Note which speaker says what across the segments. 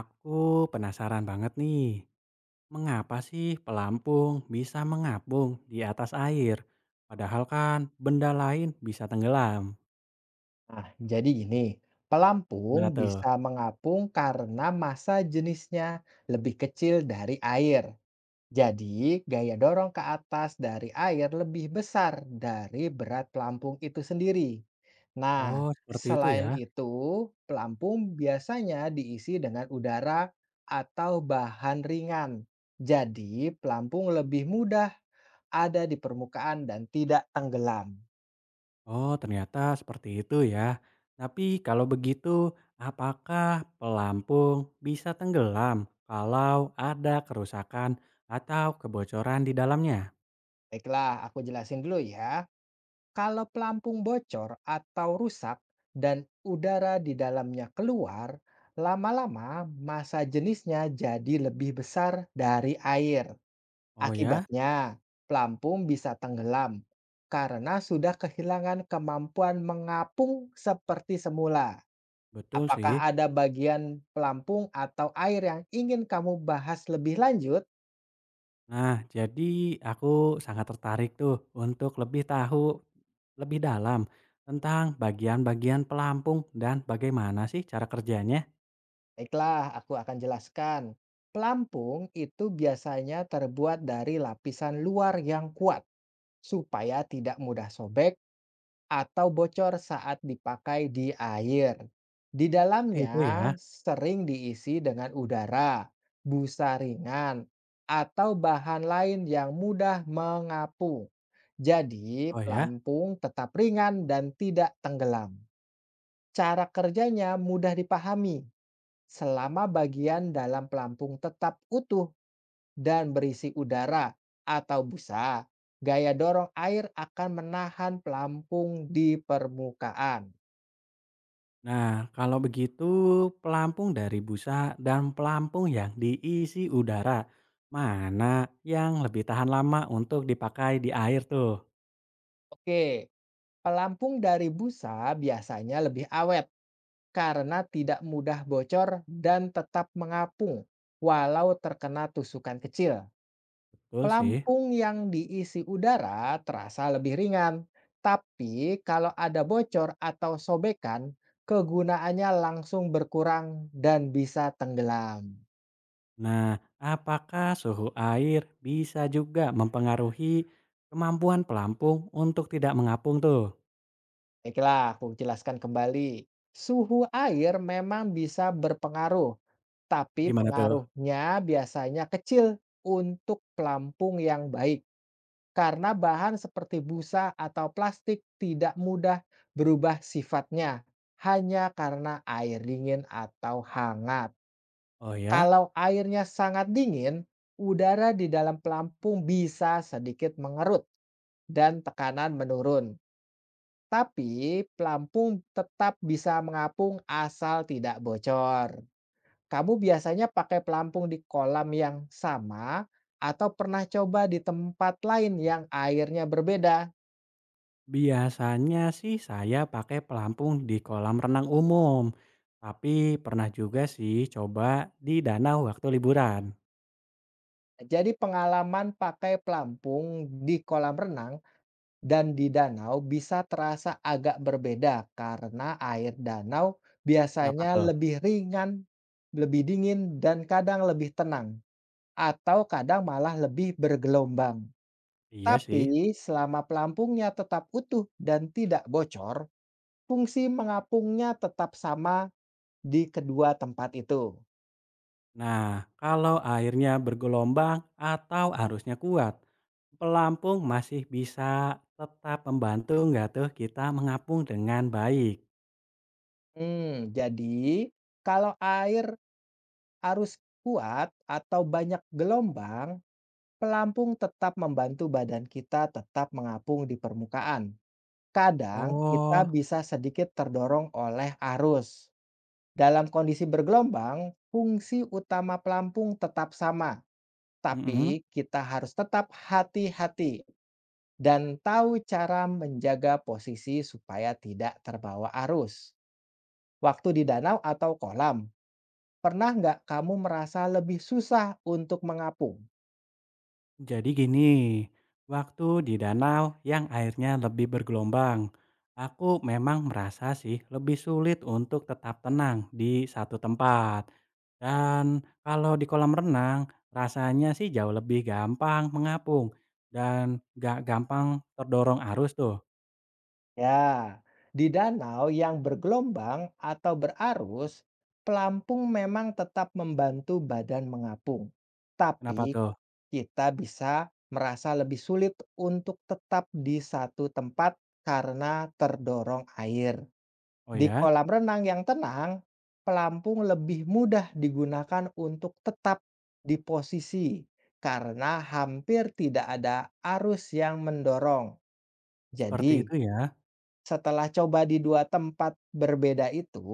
Speaker 1: Aku penasaran banget nih, mengapa sih pelampung bisa mengapung di atas air? Padahal kan benda lain bisa tenggelam.
Speaker 2: Nah, jadi gini, pelampung
Speaker 1: Gimana tuh?
Speaker 2: bisa mengapung karena massa jenisnya lebih kecil dari air. Jadi, gaya dorong ke atas dari air lebih besar dari berat pelampung itu sendiri. Nah,
Speaker 1: Oh, seperti itu ya.
Speaker 2: selain itu, pelampung biasanya diisi dengan udara atau bahan ringan. Jadi, pelampung lebih mudah ada di permukaan dan tidak tenggelam.
Speaker 1: Oh, ternyata seperti itu ya. Tapi kalau begitu, apakah pelampung bisa tenggelam kalau ada kerusakan atau kebocoran di dalamnya?
Speaker 2: Baiklah, aku jelasin dulu ya. Kalau pelampung bocor atau rusak dan udara di dalamnya keluar, lama-lama massa jenisnya jadi lebih besar dari air.
Speaker 1: Oh ya,
Speaker 2: Akibatnya, pelampung bisa tenggelam karena sudah kehilangan kemampuan mengapung seperti semula.
Speaker 1: betul sih.
Speaker 2: Apakah ada bagian pelampung atau air yang ingin kamu bahas lebih lanjut?
Speaker 1: Nah, jadi aku sangat tertarik tuh untuk lebih tahu lebih dalam tentang bagian-bagian pelampung dan bagaimana sih cara kerjanya.
Speaker 2: Baiklah, aku akan jelaskan. Pelampung itu biasanya terbuat dari lapisan luar yang kuat supaya tidak mudah sobek atau bocor saat dipakai di air. Di
Speaker 1: Seperti
Speaker 2: dalamnya
Speaker 1: itu ya.
Speaker 2: sering diisi dengan udara, busa ringan, atau bahan lain yang mudah mengapung. Jadi,
Speaker 1: Oh ya.
Speaker 2: pelampung tetap ringan dan tidak tenggelam. Cara kerjanya mudah dipahami selama bagian dalam pelampung tetap utuh dan berisi udara atau busa, gaya dorong air akan menahan pelampung di permukaan.
Speaker 1: Nah, kalau begitu pelampung dari busa dan pelampung yang diisi udara, mana yang lebih tahan lama untuk dipakai di air tuh?
Speaker 2: Oke, pelampung dari busa biasanya lebih awet karena tidak mudah bocor dan tetap mengapung walau terkena tusukan kecil.
Speaker 1: Betul sih.
Speaker 2: Pelampung yang diisi udara terasa lebih ringan, tapi kalau ada bocor atau sobekan, kegunaannya langsung berkurang dan bisa tenggelam.
Speaker 1: Nah, apakah suhu air bisa juga mempengaruhi kemampuan pelampung untuk tidak mengapung tuh?
Speaker 2: Baiklah, aku jelaskan kembali. Suhu air memang bisa berpengaruh, tapi
Speaker 1: Gimana tuh?
Speaker 2: pengaruhnya biasanya kecil untuk pelampung yang baik. Karena bahan seperti busa atau plastik tidak mudah berubah sifatnya, hanya karena air dingin atau hangat.
Speaker 1: Oh ya,
Speaker 2: Kalau airnya sangat dingin, udara di dalam pelampung bisa sedikit mengerut dan tekanan menurun. Tapi pelampung tetap bisa mengapung asal tidak bocor. Kamu biasanya pakai pelampung di kolam yang sama atau pernah coba di tempat lain yang airnya berbeda?
Speaker 1: biasanya sih saya pakai pelampung di kolam renang umum. Tapi pernah juga sih coba di danau waktu liburan.
Speaker 2: Jadi pengalaman pakai pelampung di kolam renang dan di danau bisa terasa agak berbeda karena air danau
Speaker 1: Kenapa
Speaker 2: biasanya
Speaker 1: tuh?
Speaker 2: lebih ringan, lebih dingin, dan kadang lebih tenang, atau kadang malah lebih bergelombang.
Speaker 1: Iya sih.
Speaker 2: Tapi selama pelampungnya tetap utuh dan tidak bocor, fungsi mengapungnya tetap sama di kedua tempat itu.
Speaker 1: Nah, kalau airnya bergelombang atau arusnya kuat, pelampung masih bisa tetap membantu nggak tuh kita mengapung dengan baik?
Speaker 2: Jadi, kalau air arus kuat atau banyak gelombang, pelampung tetap membantu badan kita tetap mengapung di permukaan. Kadang kita
Speaker 1: Oh,
Speaker 2: bisa sedikit terdorong oleh arus. Dalam kondisi bergelombang, fungsi utama pelampung tetap sama,
Speaker 1: mhm.
Speaker 2: tapi kita harus tetap hati-hati dan tahu cara menjaga posisi supaya tidak terbawa arus. Waktu di danau atau kolam, pernah nggak kamu merasa lebih susah untuk mengapung?
Speaker 1: Jadi gini, waktu di danau yang airnya lebih bergelombang, aku memang merasa sih lebih sulit untuk tetap tenang di satu tempat. Dan kalau di kolam renang, rasanya sih jauh lebih gampang mengapung dan gak gampang terdorong arus tuh.
Speaker 2: Ya, di danau yang bergelombang atau berarus, pelampung memang tetap membantu badan mengapung.
Speaker 1: Kenapa
Speaker 2: Tapi
Speaker 1: tuh?
Speaker 2: kita bisa merasa lebih sulit untuk tetap di satu tempat karena terdorong air.
Speaker 1: Oh
Speaker 2: Di
Speaker 1: ya,
Speaker 2: kolam renang yang tenang, pelampung lebih mudah digunakan untuk tetap di posisi karena hampir tidak ada arus yang mendorong.
Speaker 1: seperti
Speaker 2: Jadi,
Speaker 1: itu ya.
Speaker 2: setelah coba di 2 tempat berbeda itu,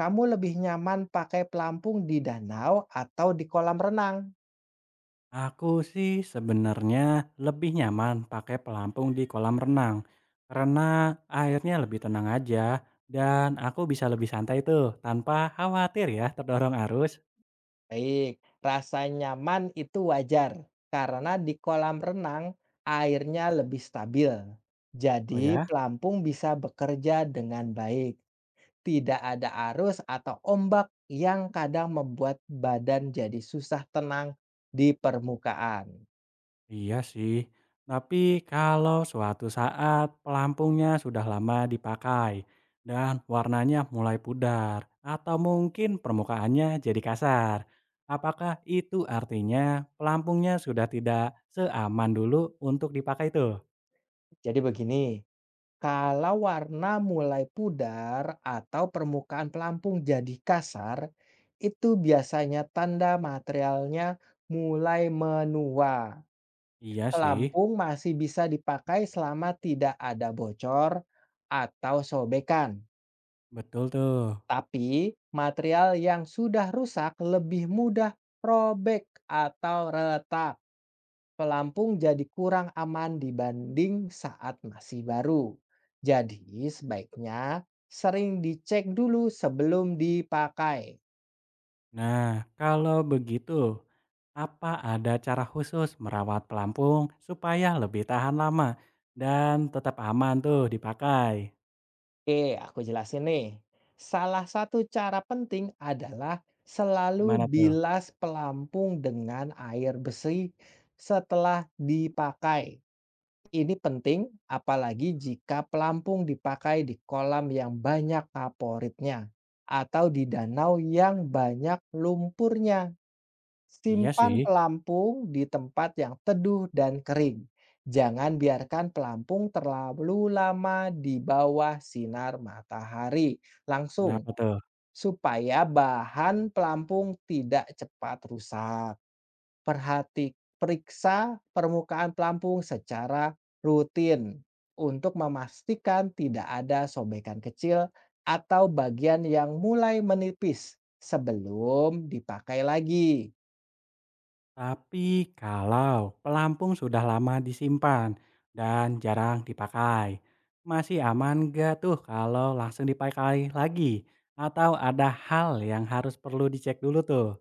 Speaker 2: kamu lebih nyaman pakai pelampung di danau atau di kolam renang?
Speaker 1: Aku sih sebenarnya lebih nyaman pakai pelampung di kolam renang karena airnya lebih tenang aja dan aku bisa lebih santai tuh tanpa khawatir ya terdorong arus.
Speaker 2: Baik, rasa nyaman itu wajar karena di kolam renang airnya lebih stabil.
Speaker 1: Oh
Speaker 2: Jadi
Speaker 1: ya,
Speaker 2: pelampung bisa bekerja dengan baik. Tidak ada arus atau ombak yang kadang membuat badan jadi susah tenang di permukaan.
Speaker 1: iya sih. Tapi kalau suatu saat pelampungnya sudah lama dipakai dan warnanya mulai pudar atau mungkin permukaannya jadi kasar. Apakah itu artinya pelampungnya sudah tidak seaman dulu untuk dipakai tuh?
Speaker 2: Jadi begini, kalau warna mulai pudar atau permukaan pelampung jadi kasar, itu biasanya tanda materialnya mulai menua.
Speaker 1: Iya sih,
Speaker 2: Pelampung masih bisa dipakai selama tidak ada bocor atau sobekan.
Speaker 1: betul tuh.
Speaker 2: Tapi material yang sudah rusak lebih mudah robek atau retak, pelampung jadi kurang aman dibanding saat masih baru. Jadi, sebaiknya sering dicek dulu sebelum dipakai.
Speaker 1: Nah, kalau begitu, apa ada cara khusus merawat pelampung supaya lebih tahan lama dan tetap aman tuh dipakai?
Speaker 2: Oke, aku jelasin nih. Salah satu cara penting adalah selalu
Speaker 1: Gimana tuh?
Speaker 2: bilas pelampung dengan air bersih setelah dipakai. Ini penting, apalagi jika pelampung dipakai di kolam yang banyak kaporitnya atau di danau yang banyak lumpurnya.
Speaker 1: Iya sih,
Speaker 2: Simpan pelampung di tempat yang teduh dan kering. Jangan biarkan pelampung terlalu lama di bawah sinar matahari langsung,
Speaker 1: kenapa tuh?
Speaker 2: supaya bahan pelampung tidak cepat rusak. Perhati periksa permukaan pelampung secara rutin untuk memastikan tidak ada sobekan kecil atau bagian yang mulai menipis sebelum dipakai lagi.
Speaker 1: Tapi kalau pelampung sudah lama disimpan dan jarang dipakai, masih aman nggak tuh kalau langsung dipakai lagi? Atau ada hal yang harus perlu dicek dulu tuh?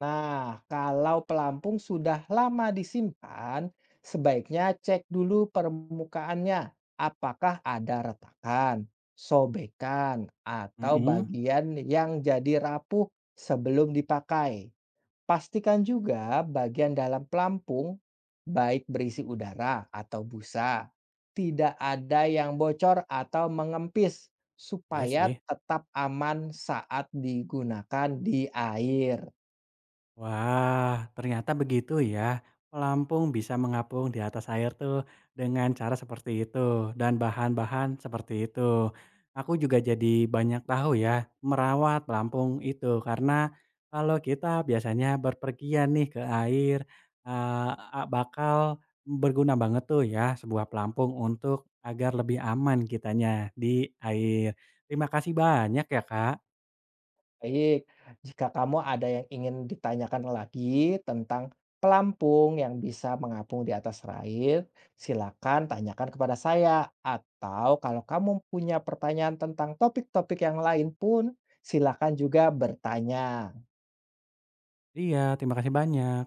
Speaker 2: Nah, kalau pelampung sudah lama disimpan, sebaiknya cek dulu permukaannya apakah ada retakan, sobekan, atau
Speaker 1: Mm-mm,
Speaker 2: bagian yang jadi rapuh sebelum dipakai. Pastikan juga bagian dalam pelampung, baik berisi udara atau busa, tidak ada yang bocor atau mengempis
Speaker 1: iya
Speaker 2: supaya
Speaker 1: sih.
Speaker 2: tetap aman saat digunakan di air.
Speaker 1: Wah, ternyata begitu ya. Pelampung bisa mengapung di atas air tuh dengan cara seperti itu dan bahan-bahan seperti itu. Aku juga jadi banyak tahu ya merawat pelampung itu karena kalau kita biasanya berpergian nih ke air eh, bakal berguna banget tuh ya sebuah pelampung untuk agar lebih aman kitanya di air. Terima kasih banyak ya, Kak.
Speaker 2: Baik, jika kamu ada yang ingin ditanyakan lagi tentang pelampung yang bisa mengapung di atas air, silakan tanyakan kepada saya. Atau kalau kamu punya pertanyaan tentang topik-topik yang lain pun, silakan juga bertanya.
Speaker 1: Iya, terima kasih banyak.